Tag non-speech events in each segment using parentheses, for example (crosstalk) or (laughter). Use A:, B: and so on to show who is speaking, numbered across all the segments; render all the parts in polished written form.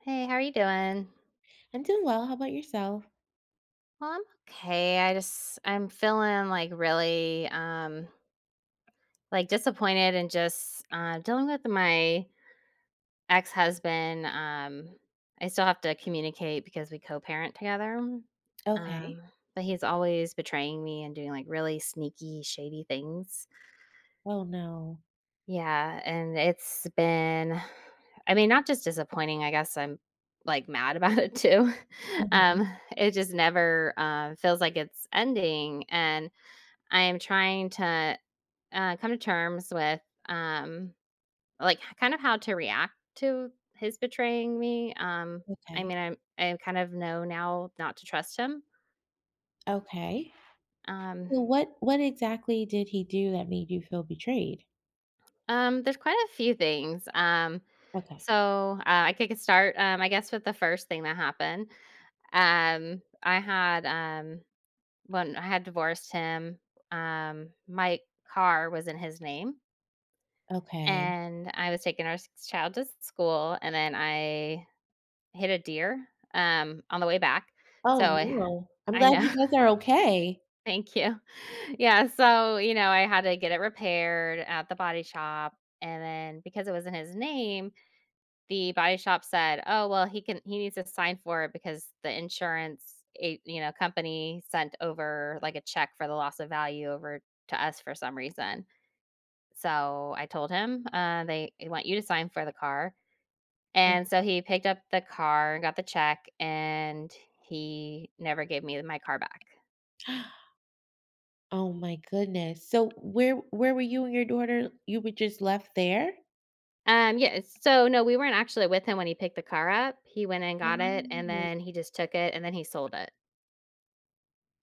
A: Hey, how are you doing?
B: I'm doing well. How about yourself?
A: Well, I'm okay. I'm feeling like really like disappointed and just dealing with my ex-husband. I still have to communicate because we co-parent together.
B: Okay.
A: Um but he's always betraying me and doing like really sneaky, shady things.
B: Oh no.
A: Yeah, and it's been I mean, not just disappointing, I guess I'm, like, mad (laughs) about it too. (laughs)
B: Mhm.
A: Um, it just never, feels like it's ending, and I am trying to, come to terms with, um, like, kind of how to react to his betraying me. I
B: Okay.
A: mean, I kind of know now not to trust him.
B: Okay.
A: Um,
B: So what exactly did he do that made you feel betrayed?
A: there's quite a few things,
B: Okay.
A: so, I could start, I guess, with the first thing that happened. Um, I had, um when I had divorced him, my car was in his name,
B: Okay.
A: and I was taking our s child to school, and then I hit a deer, on the way back,
B: Oh
A: so
B: no. I'm
A: I
B: glad
A: know.
B: you
A: (laughs)
B: guys are okay.
A: Thank you. (laughs) Yeah, so, I had to get it repaired at the body shop, and then because it was in his name, the body shop said, "Oh, well, he needs to sign for it because the insurance company sent over, like, a check for the loss of value over to us for some reason." So, I told him, they want you to sign for the car."
B: Mm.
A: And so he picked up the car and got the check, and he never gave me my car back.
B: (gasps) Oh my goodness. So where were you and your daughter? You were just left there?
A: No, we weren't actually with him when he picked the car up. He went and got it, and
B: Wow.
A: then he just took it, and then he sold it.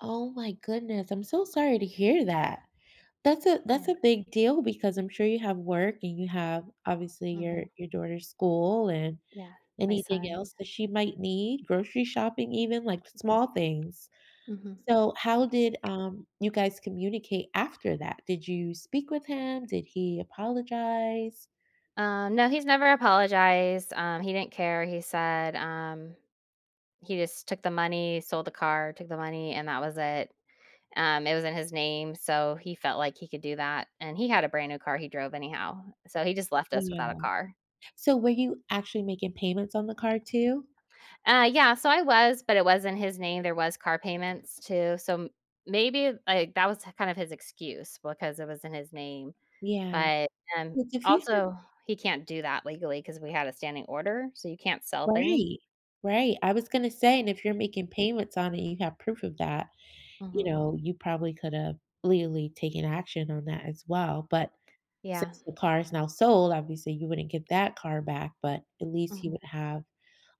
B: Oh my goodness. I'm so sorry to hear that. That's a
A: Yeah,
B: that's a big deal because I'm sure you have work and you have obviously your
A: mhm,
B: your daughter's school and
A: yeah, my
B: anything
A: son.
B: else that she might need, grocery shopping even, like, small things.
A: Mhm.
B: So how did, you guys communicate after that? Did you speak with him? Did he apologize?
A: No, he's never apologized, he didn't care, he just took the money, sold the car, took the money, and that was it. It was in his name, so he felt like he could do that, and he had a brand new car he drove anyhow, so he just left us without a
B: Wow.
A: car.
B: So were you actually making payments on the card too?
A: Yeah, so I was, but it was in his name, there was car payments too, so m maybe, like, that was kind of his excuse because it was in his name,
B: Yeah.
A: but, um,
B: 'Cause if you had
A: also, he can't do that legally because we had a standing order, so you can't sell things.
B: right, right. I was gonna say, and if you're making payments on it, you have proof of that, you
A: Mhm.
B: know, you probably could have legally taken action on that as well, but
A: Yeah.
B: since the car is now sold, obviously, you wouldn't get that car back, but at least you
A: Mhm.
B: would have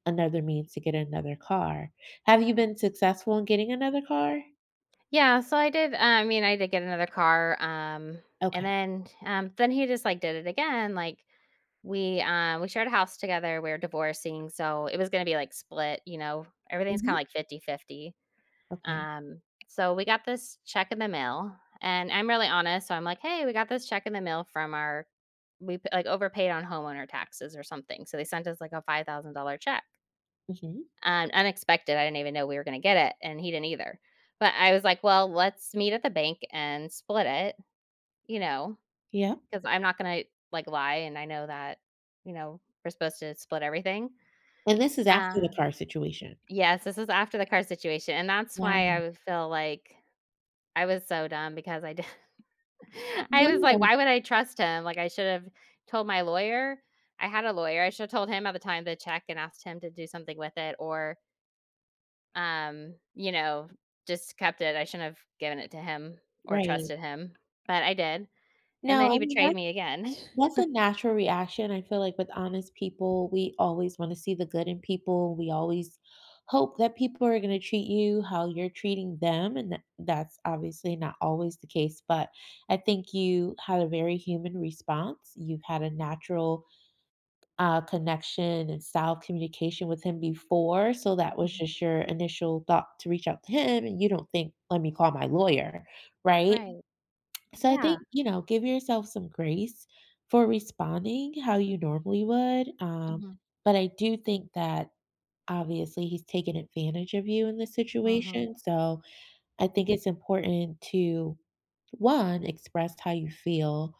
B: another means to get another car. Have you been successful in getting another car?
A: Yeah, so I mean, I did get another car, and
B: Okay.
A: then, then he just, like, did it again, like, we shared a house together, we were divorcing, so it was gonna be, like, split, you know? Everything's kinda,
B: Mhm.
A: like, fifty-fifty.
B: Okay.
A: Um, so we got this check in the mail, and I'm really honest, so I'm like, "Hey, we got this check in the mail from our" like, overpaid on homeowner taxes or something, so they sent us, like, a $5,000 check.
B: Mhm.
A: Unexpected, I didn't even know we were gonna get it, and he didn't either. But I was like, "Well, let's meet at the bank and split it," you know,
B: Yep.
A: because 'cause I'm not gonna, like, lie, and I know that, you know, we're supposed to split everything.
B: And this is after
A: Uh
B: the car situation.
A: yes, this is after the car situation, and that's why
B: Wow.
A: I would feel like I was so dumb because I did (laughs) I was like,
B: No.
A: "Why would I trust him?" Like, I should've told my lawyer. I had a lawyer. I should've told him at the time to check and asked him to do something with it or you know, just kept it. I shouldn't have given it to him or
B: Right.
A: trusted him, but I did,
B: No,
A: and then
B: I
A: he
B: mean,
A: betrayed
B: that
A: me again. (laughs)
B: that's a natural reaction. I feel like with honest people, we always want to see the good in people. We always hope that people are going to treat you how you're treating them. And that's obviously not always the case. But I think you had a very human response. You've had a natural connection and style of communication with him before. So that was
A: Mhm.
B: just your initial thought to reach out to him. And you don't think, let me call my lawyer, right?
A: Right.
B: So I
A: Yeah.
B: think, you know, give yourself some grace for responding how you normally would.
A: Mhm.
B: But I do think that obviously he's taken advantage of you in this
A: Mhm.
B: situation. So I think
A: Yeah.
B: it's important to, one, express how you feel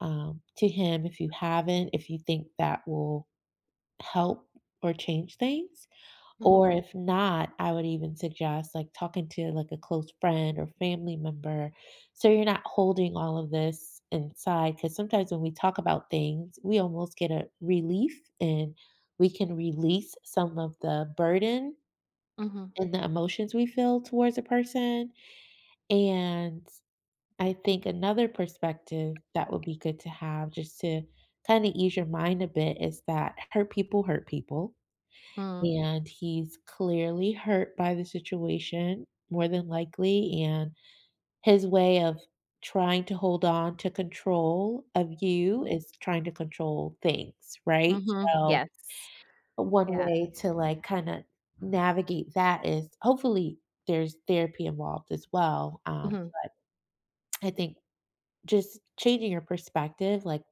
B: to him if you haven't, if you think that will help or change things. Or
A: Mhm.
B: if not, I would even suggest like talking to like a close friend or family member so you're not holding all of this inside. Because sometimes when we talk about things, we almost get a relief and we can release some of the burden
A: Mhm.
B: and the emotions we feel towards a person. And I think another perspective that would be good to have just to kind of ease your mind a bit is that hurt people hurt people,
A: Mm.
B: and he's clearly hurt by the situation, more than likely, and his way of trying to hold on to control of you
A: Mhm.
B: is trying to control things, right?
A: Mhm.
B: So,
A: Yes.
B: one
A: Yeah.
B: way to, like, kinda navigate that is hopefully there's therapy involved as well.
A: Mhm.
B: I think just changing your perspective, like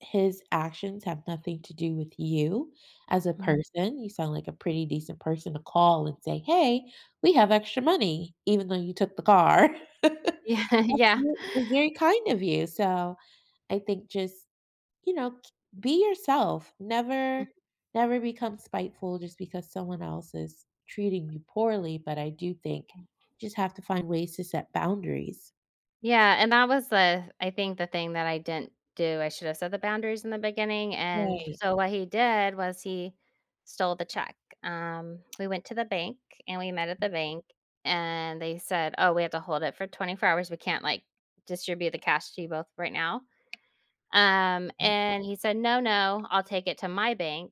B: his actions have nothing to do with you as a
A: Mhm.
B: person. You sound like a pretty decent person to call and say, "Hey, we have extra money, even though you took the car." (laughs)
A: Yeah. (laughs)
B: That's
A: Yeah.
B: that's very kind of you. So, I think just, you know, k be yourself. Never become spiteful just because someone else is treating you poorly, but I do think you just have to find ways to set boundaries.
A: Yeah, and that was the I think the thing that I didn't do. I should have set the boundaries in the beginning, and
B: Right.
A: so what he did was he stole the check. We went to the bank and we met at the bank, and they said, "Oh, we have to hold it for 24 hours. We can't like distribute the cash to you both right now."
B: Mm,
A: And he said, "No, no, I'll take it to my bank.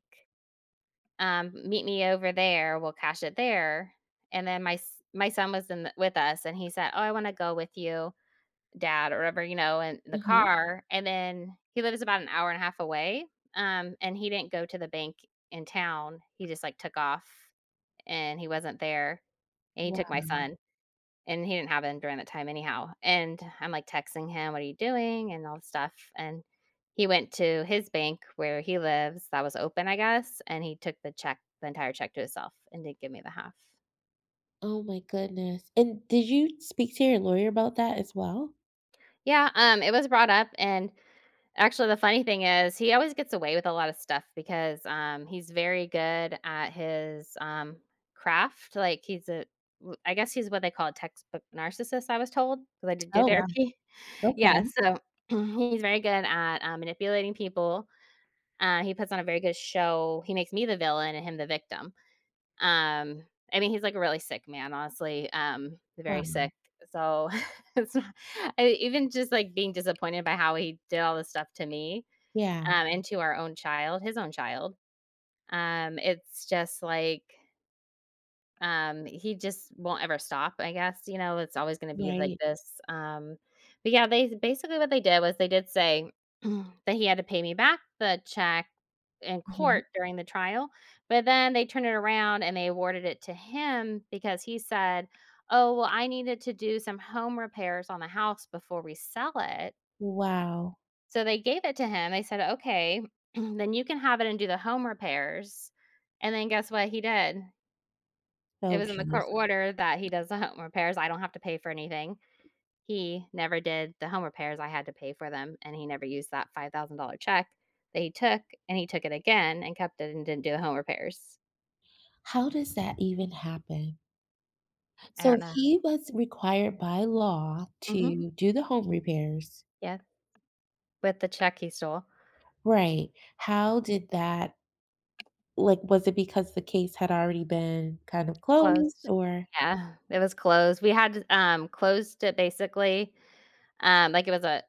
A: Meet me over there. We'll cash it there." And then my son was in the, with us, and he said, "Oh, I want to go with you." Dad or whatever, you know, in the
B: mhm.
A: car, and then he lives about an hour and a half away, and he didn't go to the bank in town. He just, like, took off, and he wasn't there, and he took my son, and he didn't have him during that time anyhow, and I'm, like, texting him, "What are you doing?" and all this stuff, and he went to his bank where he lives that was open, I guess, and he took the entire check to himself and didn't give me the half.
B: Oh my goodness, and did you speak to your lawyer about that as well?
A: Yeah, it was brought up, and actually, the funny thing is he always gets away with a lot of stuff because, he's very good at his, craft, like, he's a w I guess he's what they call a textbook narcissist, I was told because I did do
B: Oh, wow,
A: therapy. (laughs) Yeah,
B: okay.
A: so (clears throat) he's very good at, manipulating people, he puts on a very good show, he makes me the villain and him the victim. Um, I mean, he's, like, a really sick man, honestly,
B: Wow,
A: very sick, so (laughs) it's not I even just, like, being disappointed by how he did all this stuff to me,
B: yeah,
A: and our own child, his own child. It's just like, he just won't ever stop, I guess, you know, it's always gonna be like
B: right.
A: this, but yeah, they basically what they did was they did say (clears throat) that he had to pay me back the check in
B: Mhm.
A: court during the trial, but then they turned it around and they awarded it to him because he said, "Oh, well, I needed to do some home repairs on the house before we sell it."
B: Wow.
A: So they gave it to him. They said, "Okay, (clears throat) then you can have it and do the home repairs." And then guess what he did? It
B: Oh,
A: was in the
B: jeez.
A: court order that he does the home repairs. I don't have to pay for anything. He never did the home repairs. I had to pay for them, and he never used that $5,000 check that he took, and he took it again and kept it and didn't do the home repairs.
B: How does that even happen?
A: I
B: So
A: don't
B: if
A: know.
B: he was required by law
A: Mhm.
B: to do the home repairs.
A: Yeah, with the check he stole.
B: Right. How did that, like, was it because the case had already been kind of closed
A: Closed.
B: or
A: Yeah, it was closed. Closed it basically. Like, it was a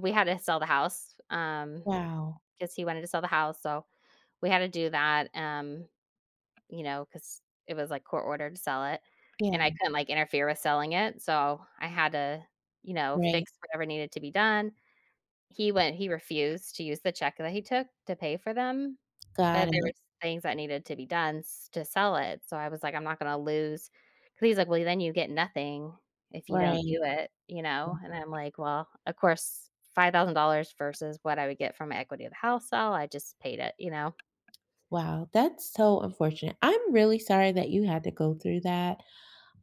A: We had to sell the house,
B: wow.
A: because he wanted to sell the house, so we had to do that, you know, because it was, like, court ordered to sell it, and
B: Yeah,
A: I couldn't, like, interfere with selling it, so I had to, you know,
B: right.
A: fix whatever needed to be done. He refused to use the check that he took to pay for them,
B: Got
A: but there
B: it.
A: was things that needed to be done s to sell it, so I was like, "I'm not gonna lose" "Lose." Because he's like, "Well, then you get nothing if you don't
B: Right.
A: do it," you know, and I'm like, "Well, of course, $5,000 versus what I would get from equity of the house sale, I just paid it," you know?
B: Wow, that's so unfortunate. I'm really sorry that you had to go through that.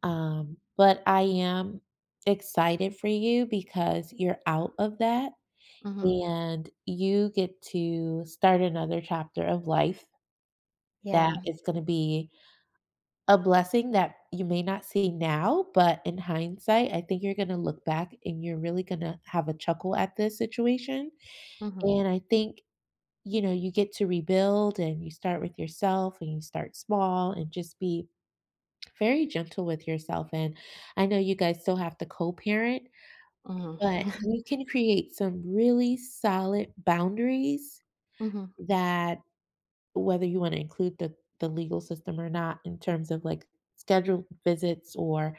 B: But I am excited for you because you're out of that
A: Mhm.
B: and you get to start another chapter of life that
A: Yeah.
B: is going to be a blessing that you may not see now, but in hindsight, I think you're going to look back and you're really going to have a chuckle at this situation.
A: Mhm.
B: And I think you know you get to rebuild and you start with yourself and you start small and just be very gentle with yourself, and I know you guys still have to co-parent, but
A: Mhm.
B: you can create some really solid boundaries
A: Mhm.
B: that whether you wanna include the legal system or not in terms of, like, scheduled visits or,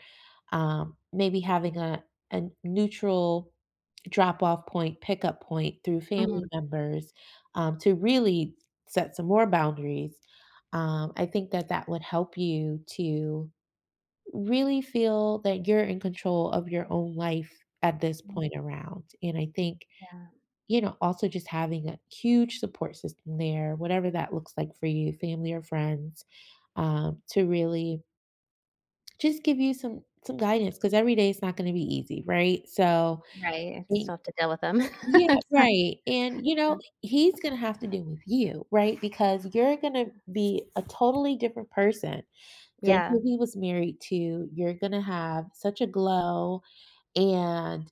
B: maybe having a neutral drop-off point, pickup point through
A: Mhm.
B: family
A: Mhm.
B: members, to really set some more boundaries. I think that that would help you to really feel that you're in control of your own life at this point
A: (laughs)
B: around. And I think,
A: Yeah.
B: you know, also just having a huge support system there, whatever that looks like for you, family or friends, to really just give you some guidance because every day it's not going to be easy, right? So
A: Right, I
B: and-
A: still have to deal with them. (laughs)
B: yeah, right. And you know, he's gonna have to deal with you, right? Because you're gonna be a totally different person than
A: Yeah.
B: who he was married to. You're gonna have such a glow and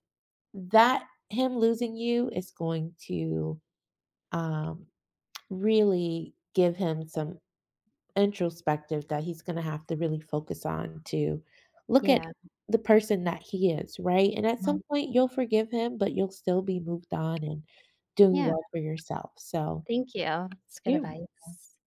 B: that him losing you is going to, um, really give him some introspective that he's gonna have to really focus on to look at
A: Yeah.
B: the person that he is, right? And at some
A: Mhm.
B: point, you'll forgive him, but you'll still be moved on and doing
A: Yeah.
B: well for yourself. So,
A: Thank you. It's good
B: yeah.
A: advice.